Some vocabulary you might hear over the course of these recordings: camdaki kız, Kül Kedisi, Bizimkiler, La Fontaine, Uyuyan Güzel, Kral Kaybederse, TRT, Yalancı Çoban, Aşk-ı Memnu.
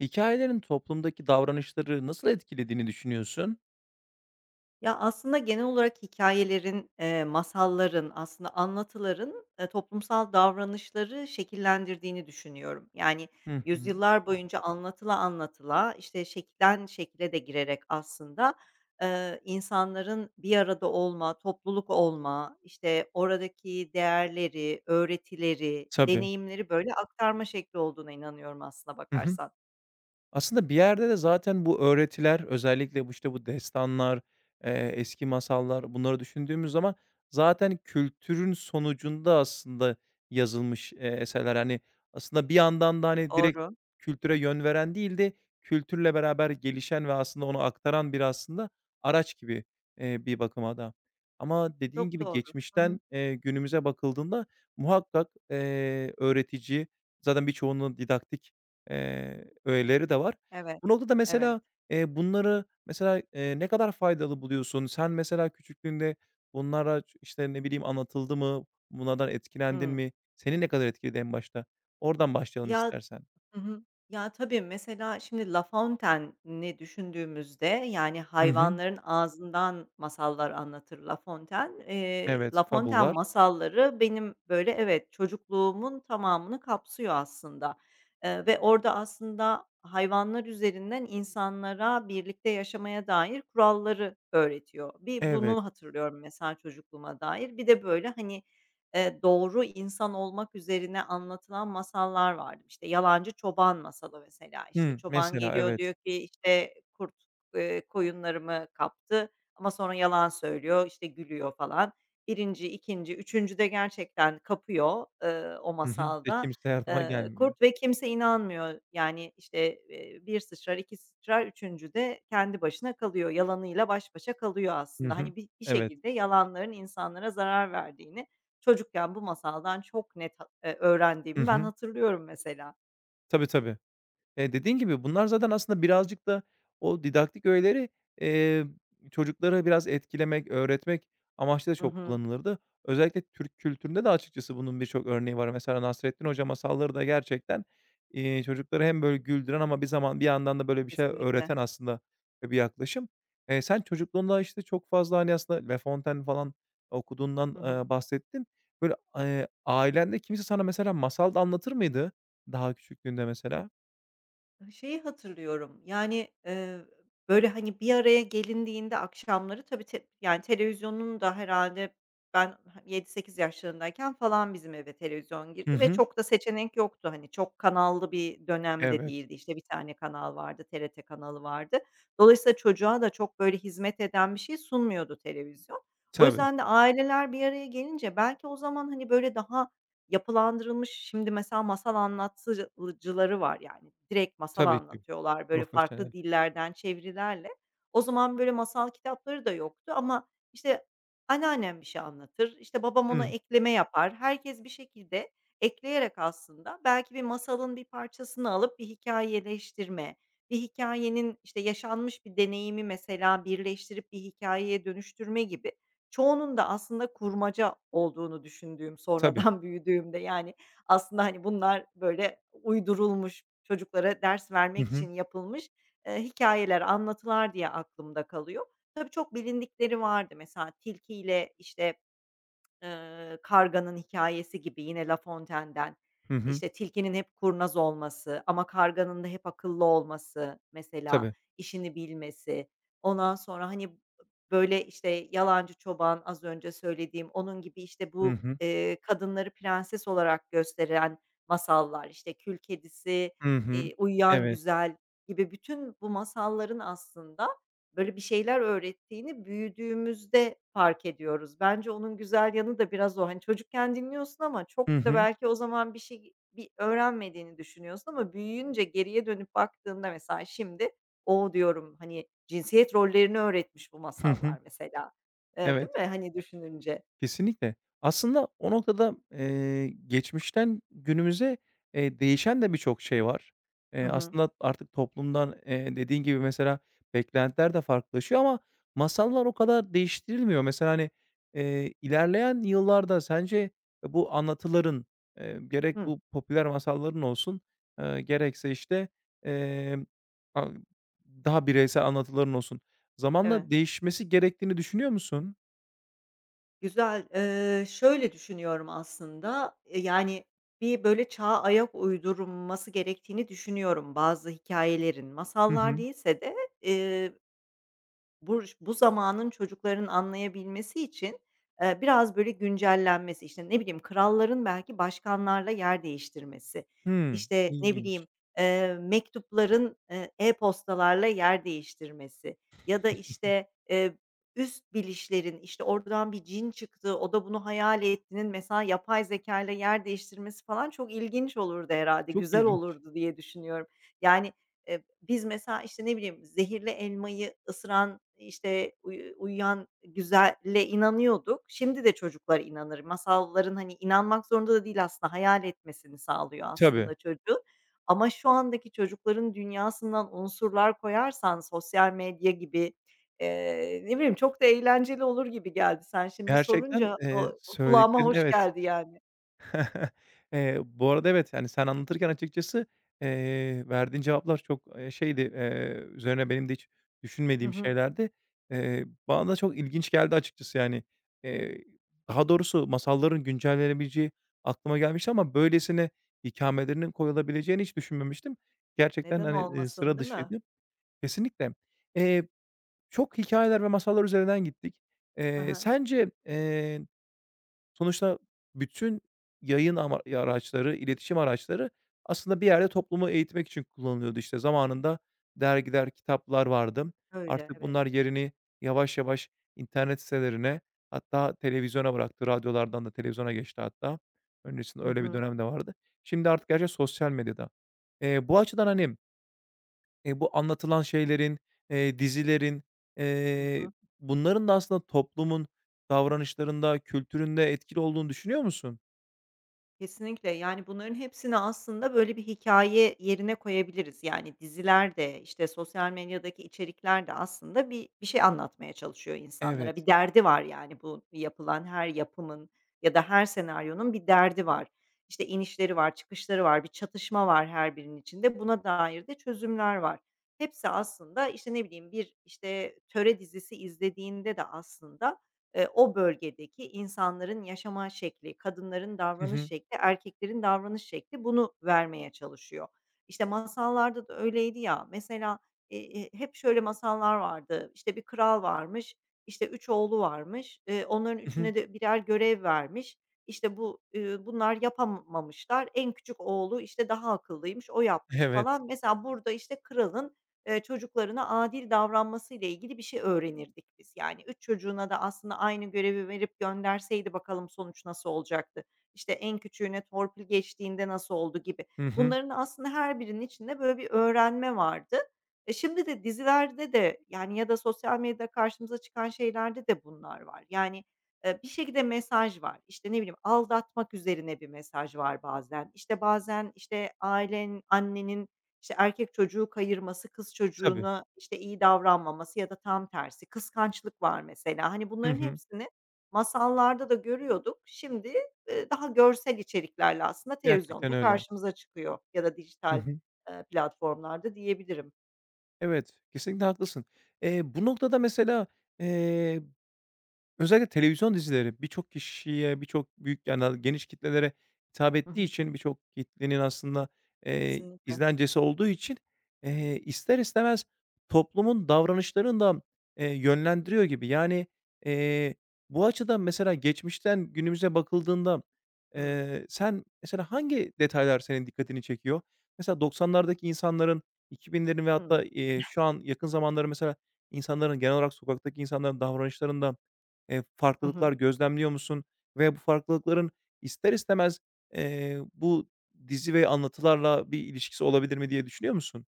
Hikâyelerin toplumdaki davranışları nasıl etkilediğini düşünüyorsun? Ya, aslında genel olarak hikayelerin, masalların, aslında anlatıların, toplumsal davranışları şekillendirdiğini düşünüyorum. Yani, Hı hı. yüzyıllar boyunca anlatıla anlatıla, işte, şekilden şekile de girerek aslında, insanların bir arada olma, topluluk olma, işte, oradaki değerleri, öğretileri, Tabii. deneyimleri, böyle, aktarma şekli olduğuna inanıyorum aslına Hı hı. bakarsan. Aslında bir yerde de zaten bu öğretiler, özellikle bu, işte, bu destanlar, eski masallar, bunları düşündüğümüz zaman zaten kültürün sonucunda aslında yazılmış, eserler. Hani, aslında bir yandan da, hani, direkt Doğru, kültüre yön veren değil de kültürle beraber gelişen ve aslında onu aktaran bir aslında araç gibi, bir bakıma da. Ama dediğin çok gibi doğru. Hı hı. geçmişten, günümüze bakıldığında muhakkak, öğretici, zaten birçoğunun didaktik öğeleri de var. Evet, Bu noktada evet. mesela, bunları mesela, ne kadar faydalı buluyorsun? Sen mesela küçüklüğünde bunlara işte, ne bileyim, anlatıldı mı? Bunlardan etkilendin Hımm. mi? Seni ne kadar etkiledi en başta? Oradan başlayalım Ya. istersen. Hı hı. Ya, tabii, mesela şimdi La Fontaine'i düşündüğümüzde, yani, Hı hı. hayvanların ağzından masallar anlatır La Fontaine. Evet, La Fontaine fabullar. masalları benim, böyle, evet, çocukluğumun tamamını kapsıyor aslında, ve orada aslında hayvanlar üzerinden insanlara birlikte yaşamaya dair kuralları öğretiyor. Bir Evet. bunu hatırlıyorum mesela çocukluğuma dair. Bir de, böyle, hani, doğru insan olmak üzerine anlatılan masallar vardı. İşte, Yalancı Çoban masalı mesela, işte, Hımm, çoban mesela geliyor evet. diyor ki, işte, "Kurt, koyunlarımı kaptı." ama sonra yalan söylüyor, işte, gülüyor falan. Birinci, ikinci, üçüncü de gerçekten kapıyor, o Hı hı. Ve masalda, kimse yardıma gelmiyor. kurt ve kimse inanmıyor. Yani, işte, 1 sıçrar, 2 sıçrar, üçüncü de kendi başına kalıyor. Yalanıyla baş başa kalıyor Hı aslında. hı. Hani, bir Evet. şekilde yalanların insanlara zarar verdiğini çocukken bu masaldan çok net Hı öğrendiğimi ben hı. hatırlıyorum mesela. Tabii, tabii. Dediğin gibi bunlar zaten aslında birazcık da o didaktik öğeleri, eee, çocuklara biraz etkilemek, öğretmek amaçlı da Hı çok hı. kullanılırdı. Özellikle Türk kültüründe de açıkçası bunun birçok örneği var. Mesela Nasrettin Hoca masalları da gerçekten, çocukları hem böyle güldüren ama bir zaman bir yandan da böyle bir şey Kesinlikle. öğreten aslında, bir yaklaşım. Sen çocukluğunda, işte, çok fazla, hani, aslında La Fontaine falan okuduğundan, Hı hı. Bahsettin. Böyle, ailende kimse sana mesela masal da anlatır mıydı daha küçüklüğünde mesela? Şeyi hatırlıyorum, yani, böyle, hani, bir araya gelindiğinde akşamları tabii te yani, televizyonun da herhalde ben 7-8 yaşlarındayken falan bizim eve televizyon girdi Hı ve hı. çok da seçenek yoktu. Hani, çok kanallı bir dönemde Evet. değildi. İşte, bir tane kanal vardı, TRT kanalı vardı. Dolayısıyla çocuğa da çok, böyle, hizmet eden bir şey sunmuyordu televizyon. O Tabii, yüzden de aileler bir araya gelince belki o zaman, hani, böyle, daha yapılandırılmış şimdi mesela masal anlatıcıları var yani. Direkt masal tabii ki. anlatıyorlar, böyle, farklı Profesyonel. dillerden çevirilerle. O zaman, böyle, masal kitapları da yoktu ama, işte, anneannem bir şey anlatır, işte, babam ona Hımm. ekleme yapar. Herkes bir şekilde ekleyerek aslında belki bir masalın bir parçasını alıp bir hikayeleştirme, bir hikayenin işte, yaşanmış bir deneyimi mesela birleştirip bir hikayeye dönüştürme gibi çoğunun da aslında kurmaca olduğunu düşündüğüm Tabii. sonradan büyüdüğümde, yani, aslında, hani, bunlar böyle uydurulmuş, çocuklara ders Hı vermek hı. için yapılmış, hikâyeler, anlatılar diye aklımda kalıyor. Tabii çok bilindikleri vardı. Mesela tilkiyle, işte, Karganın hikayesi gibi yine La Fontaine'den, Hı hı. işte, tilkinin hep kurnaz olması ama karganın da hep akıllı olması mesela, Tabii. işini bilmesi. Ondan sonra, hani, böyle, işte, Yalancı Çoban az önce söylediğim, onun gibi, işte, Hı bu, hı. Kadınları prenses olarak gösteren masallar, işte, Kül Kedisi, Hı hı. Uyuyan Evet. Güzel gibi bütün bu masalların aslında böyle bir şeyler öğrettiğini büyüdüğümüzde fark ediyoruz. Bence onun güzel yanı da biraz o. Hani çocukken dinliyorsun ama çok Hı da hı. belki o zaman bir şey öğrenmediğini düşünüyorsun ama büyüyünce geriye dönüp baktığında mesela şimdi, "O!" diyorum, hani, cinsiyet rollerini öğretmiş bu Hı hı. masallar mesela, değil Evet. mi, hani, düşününce? Kesinlikle. Aslında o noktada, geçmişten günümüze, değişen de birçok şey var. Hı hı. Aslında artık toplumdan, dediğin gibi mesela beklentiler de farklılaşıyor ama masallar o kadar değiştirilmiyor. Mesela, hani, ilerleyen yıllarda sence bu anlatıların, gerek Hıh, bu popüler masalların olsun, gerekse, işte, emm, a daha bireysel anlatıların olsun, evet. zamanla değişmesi gerektiğini düşünüyor musun? Güzel. Şöyle düşünüyorum aslında, yani, bir böyle çağa ayak uydurulması gerektiğini düşünüyorum bazı hikayelerin. Hı Masallar hı. değilse de, bu zamanın çocukların anlayabilmesi için, biraz böyle güncellenmesi, işte, ne bileyim, kralların belki başkanlarla yer değiştirmesi, Hımm, işte, ne bileyim, ilginç. Mektupların, e-postalarla yer değiştirmesi ya da, işte, üst bilişlerin, işte, oradan bir cin çıktı, o da bunu hayal ettiğinin mesela yapay zeka ile yer değiştirmesi falan çok ilginç olurdu herhalde, Çok güzel ilginç. olurdu diye düşünüyorum. Yani, biz mesela, işte, ne bileyim, zehirli elmayı ısıran, işte, uyuyan güzelle inanıyorduk. Şimdi de çocuklar inanır. Masalların, hani, inanmak zorunda da değil aslında, hayal etmesini sağlıyor Tabii. aslında çocuğu. Ama şu andaki çocukların dünyasından unsurlar koyarsan sosyal medya gibi, ne bileyim, çok da eğlenceli olur gibi geldi. Sen şimdi Gerçekten, sorunca o kulağıma söylediklerin hoş evet. geldi yani. Bu arada evet, hani, sen anlatırken açıkçası, verdiğin cevaplar çok, şeydi, üzerine benim de hiç Hı düşünmediğim hı. şeylerdi. Bana da çok ilginç geldi açıkçası yani. Eee, daha doğrusu masalların güncellenebileceği aklıma gelmişti ama böylesine ikamelerinin koyulabileceğini hiç düşünmemiştim. Gerçekten, Neden hani, olmasın, sıra değil mi? dışıydı. Kesinlikle. Eee Çok hikayeler ve masallar üzerinden gittik. Hı hı. Sence, sonuçta bütün yayın ama araçları, iletişim araçları aslında bir yerde toplumu eğitmek için kullanılıyordu. İşte, zamanında dergiler, kitaplar vardı. Öyle, Artık evet. bunlar yerini yavaş yavaş internet sitelerine, hatta televizyona bıraktı. Radyolardan da televizyona geçti hatta. Öncesinde Hı öyle bir hı. dönem de vardı. Şimdi artık her şey sosyal medyada. Bu açıdan, hani, bu anlatılan şeylerin, dizilerin, Hı eee, hı. bunların da aslında toplumun davranışlarında, kültüründe etkili olduğunu düşünüyor musun? Kesinlikle. Yani, bunların hepsini aslında, böyle, bir hikaye yerine koyabiliriz. Yani, diziler de, işte, sosyal medyadaki içerikler de aslında bir şey anlatmaya çalışıyor insanlara. Evet. Bir derdi var, yani, bu yapılan her yapımın ya da her senaryonun bir derdi var. İşte, inişleri var, çıkışları var, bir çatışma var her birinin içinde. Buna dair de çözümler var. Hepsi aslında, işte, ne bileyim, bir, işte, töre dizisi izlediğinde de aslında o bölgedeki insanların yaşama şekli, kadınların Hı davranış hı. şekli, erkeklerin davranış şekli bunu vermeye çalışıyor. İşte, masallarda da öyleydi ya, mesela, hep şöyle masallar vardı. İşte bir kral varmış, işte, 3 oğlu varmış, onların Hı hı. üçüne de birer görev vermiş. İşte, bu, bunlar yapamamışlar. En küçük oğlu, işte, daha akıllıymış, o yapmış Evet. falan. Mesela burada, işte, kralın çocuklarına adil davranmasıyla ilgili bir şey öğrenirdik biz. Yani 3 çocuğuna da aslında aynı görevi verip gönderseydi bakalım sonuç nasıl olacaktı? İşte en küçüğüne torpil geçtiğinde nasıl oldu gibi. Hı hı. Bunların aslında her birinin içinde böyle bir öğrenme vardı. E, şimdi de dizilerde de yani ya da sosyal medyada karşımıza çıkan şeylerde de bunlar var. Yani, bir şekilde mesaj var. İşte, ne bileyim, aldatmak üzerine bir mesaj var bazen. İşte, bazen, işte, ailen, annenin işte, erkek çocuğu kayırması, kız Tabii. çocuğuna, işte, iyi davranmaması ya da tam tersi kıskançlık var mesela. Hani, Hı bunların hı. hepsini masallarda da görüyorduk. Şimdi, daha görsel içeriklerle aslında Gerçekten televizyonda öyle. karşımıza çıkıyor ya da Hı dijital, hı. Platformlarda diyebilirim. Evet, kesinlikle haklısın. Bu noktada mesela, eee Özellikle televizyon dizileri birçok kişiye, birçok büyük, yani, geniş kitlelere hitap Hı ettiği hı. için, birçok kitlenin aslında, Kesinlikle. izlencesi olduğu için, ister istemez toplumun davranışlarını da, yönlendiriyor gibi. Yani, eee, bu açıdan mesela geçmişten günümüze bakıldığında, Hıı. Sen mesela hangi detaylar senin dikkatini çekiyor? Mesela 90'lardaki insanların, 2000'lerin ve Hıı. hatta, şu an yakın zamanları mesela insanların genel olarak sokaktaki insanların davranışlarında Hı hı. farklılıklar gözlemliyor musun? Ve bu farklılıkların ister istemez, bu dizi ve anlatılarla bir ilişkisi olabilir mi diye düşünüyor musun?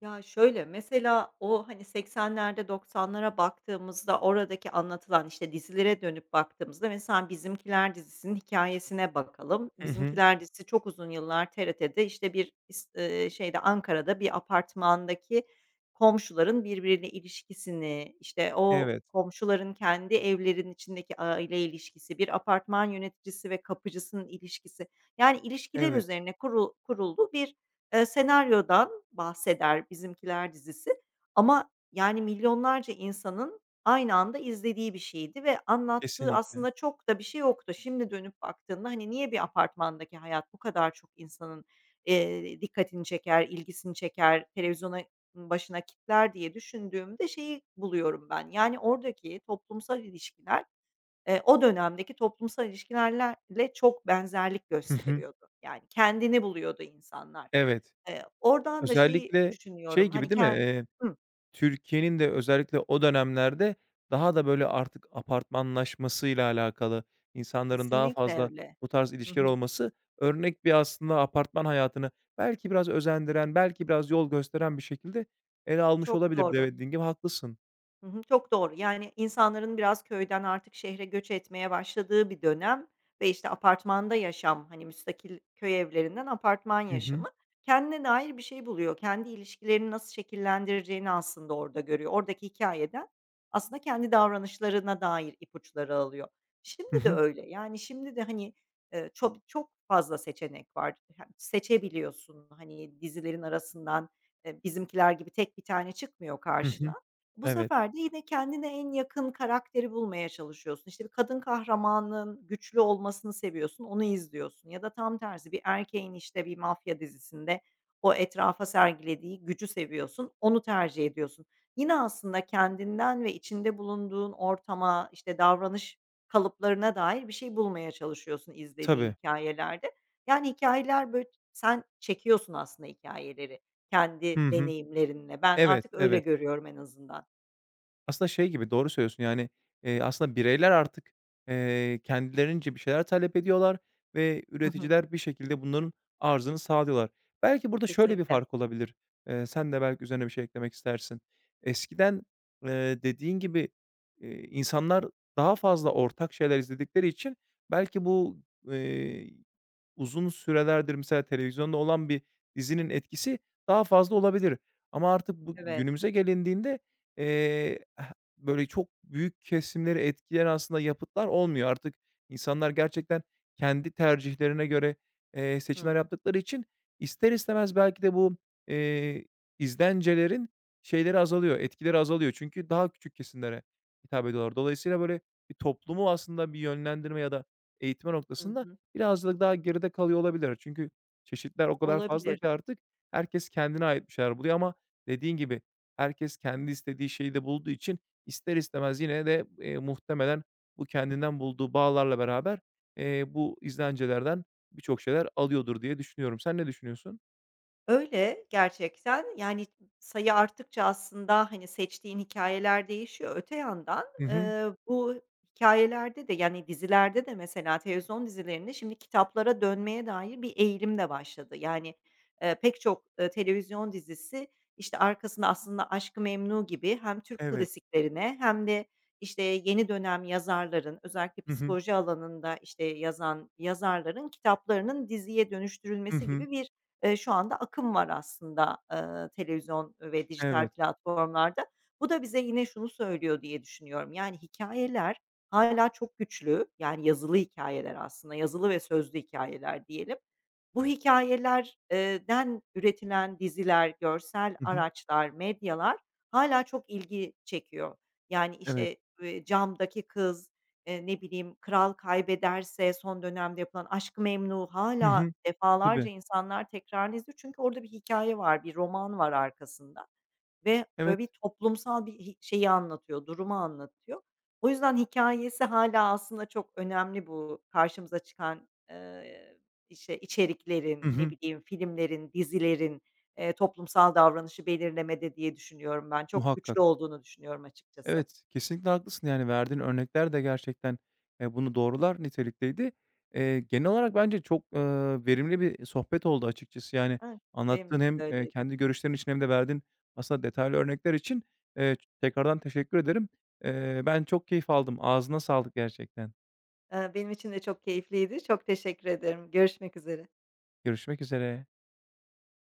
Ya, şöyle, mesela o, hani, 80'lerde 90'lara baktığımızda oradaki anlatılan, işte, dizilere dönüp baktığımızda mesela Bizimkiler dizisinin hikayesine bakalım. Hı hı. Bizimkiler dizisi çok uzun yıllar TRT'de, işte, bir is şeyde, Ankara'da bir apartmandaki komşuların birbiriyle ilişkisini, işte, o Evet, komşuların kendi evlerin içindeki aile ilişkisi, bir apartman yöneticisi ve kapıcısının ilişkisi, yani, ilişkiler evet, üzerine kuruldu bir senaryodan bahseder Bizimkiler dizisi ama, yani, milyonlarca insanın aynı anda izlediği bir şeydi ve anlattığı kesinlikle. aslında çok da bir şey yoktu. Şimdi dönüp baktığında, hani, niye bir apartmandaki hayat bu kadar çok insanın, dikkatini çeker, ilgisini çeker, televizyona başına kitler diye düşündüğümde şeyi buluyorum ben, yani, oradaki toplumsal ilişkiler o dönemdeki toplumsal ilişkilerle çok benzerlik Hı hı. gösteriyordu. Yani kendini buluyordu insanlar. Evet. Oradan da şeyi Özellikle şey düşünüyorum, hani, gibi değil ken- mi? Hıh. Türkiye'nin de özellikle o dönemlerde daha da, böyle, artık apartmanlaşmasıyla alakalı, insanların daha Kesinlikle fazla öyle. bu tarz Hı ilişkiler hı. olması örnek bir aslında apartman hayatını belki biraz özendiren, belki biraz yol gösteren bir şekilde ele almış Çok olabilir. doğru. Evet, dediğin gibi haklısın. Hı hı, çok doğru. Yani, insanların biraz köyden artık şehre göç etmeye başladığı bir dönem ve, işte, apartmanda yaşam, hani, müstakil köy evlerinden apartman Hı hı. yaşamı. Kendine dair bir şey buluyor. Kendi ilişkilerini nasıl şekillendireceğini aslında orada görüyor. Oradaki hikayeden aslında kendi davranışlarına dair ipuçları alıyor. Hı Şimdi de hı. öyle. Yani, şimdi de, hani, çok çok fazla seçenek var. Hem seçebiliyorsun, hani, dizilerin arasından, Bizimkiler gibi tek bir tane çıkmıyor Hı hı. karşına, bu Evet. sefer de yine kendine en yakın karakteri bulmaya çalışıyorsun. İşte, bir kadın kahramanın güçlü olmasını seviyorsun, onu izliyorsun ya da tam tersi bir erkeğin, işte, bir mafya dizisinde o etrafa sergilediği gücü seviyorsun, onu tercih ediyorsun. Yine aslında kendinden ve içinde bulunduğun ortama, işte, davranış kalıplarına dair bir şey bulmaya çalışıyorsun izlediğin Tabii. hikayelerde. Yani hikayeler böyle, sen çekiyorsun aslında hikayeleri kendi Hı hı. deneyimlerinle. Ben Evet, artık öyle evet. görüyorum en azından. Aslında şey gibi, doğru söylüyorsun, yani, aslında bireyler artık, kendilerince bir şeyler talep ediyorlar ve Hı hı. üreticiler bir şekilde bunların arzını sağlıyorlar. Belki burada şöyle bir Kesinlikle. fark olabilir, sen de belki üzerine bir şey eklemek istersin. Eskiden, dediğin gibi, insanlar daha fazla ortak şeyler izledikleri için belki bu, eee, uzun sürelerdir mesela televizyonda olan bir dizinin etkisi daha fazla olabilir ama artık bu Evet. günümüze gelindiğinde Eee, eh, böyle çok büyük kesimleri etkileyen aslında yapıtlar olmuyor. Artık insanlar gerçekten kendi tercihlerine göre, Hı. seçimler yaptıkları için ister istemez belki de bu, eee, izlencelerin şeyleri azalıyor, etkileri azalıyor. Çünkü daha küçük kesimlere hitap ediyorlar. Dolayısıyla böyle bir toplumu aslında bir yönlendirme ya da eğitme Hı noktasında hı. birazcık daha geride kalıyor olabilir. Çünkü çeşitler o kadar fazla Olabilir. ki artık herkes kendine ait bir şeyler buluyor ama dediğin gibi herkes kendi istediği şeyi de bulduğu için ister istemez yine de, muhtemelen bu kendinden bulduğu bağlarla beraber, bu izlencelerden birçok şeyler alıyordur diye düşünüyorum. Sen ne düşünüyorsun? Öyle gerçekten. Yani sayı arttıkça aslında, hani, seçtiğin hikayeler değişiyor. Öte yandan, Hı hı. Bu hikayelerde de, yani, dizilerde de mesela televizyon dizilerinde şimdi kitaplara dönmeye dair bir eğilim de başladı. Yani, pek çok, televizyon dizisi, işte, arkasında aslında Aşk-ı Memnu gibi hem Türk Evet. klasiklerine hem de, işte, yeni dönem yazarların, özellikle Hı hı. psikoloji alanında, işte, yazan yazarların kitaplarının diziye Hı dönüştürülmesi hı. gibi bir şu anda akım var aslında, televizyon ve dijital Evet. platformlarda. Bu da bize yine şunu söylüyor diye düşünüyorum, yani hikayeler hala çok güçlü, yani yazılı hikayeler aslında, yazılı ve sözlü hikayeler diyelim. Bu hikayelerden üretilen diziler, görsel Hı hı. araçlar, medyalar hala çok ilgi çekiyor. Yani, Evet. işte, camdaki kız, ne bileyim, Kral Kaybederse son dönemde yapılan Aşk-ı Memnu Hı hâlâ hı. defalarca Tabii. insanlar tekrarını izliyor. Çünkü orada bir hikaye var, bir roman var arkasında ve böyle Evet. bir toplumsal bir hi şeyi anlatıyor, durumu anlatıyor. O yüzden hikayesi hala aslında çok önemli bu karşımıza çıkan, işte, Hı içeriklerin, ne hı. bileyim, filmlerin, dizilerin, toplumsal davranışı belirlemede diye düşünüyorum ben. Çok güçlü Muhakkak. olduğunu düşünüyorum açıkçası. Evet, kesinlikle haklısın. Yani, verdiğin örnekler de gerçekten, bunu doğrular nitelikteydi. Genel olarak bence çok, verimli bir sohbet oldu açıkçası. Yani, Evet, benim anlattığın için de hem, öyle. kendi görüşlerin için hem de verdiğin aslında detaylı örnekler için, tekrardan teşekkür ederim. Ben çok keyif aldım. Ağzına sağlık gerçekten. Benim için de çok keyifliydi. Çok teşekkür ederim. Görüşmek üzere. Görüşmek üzere.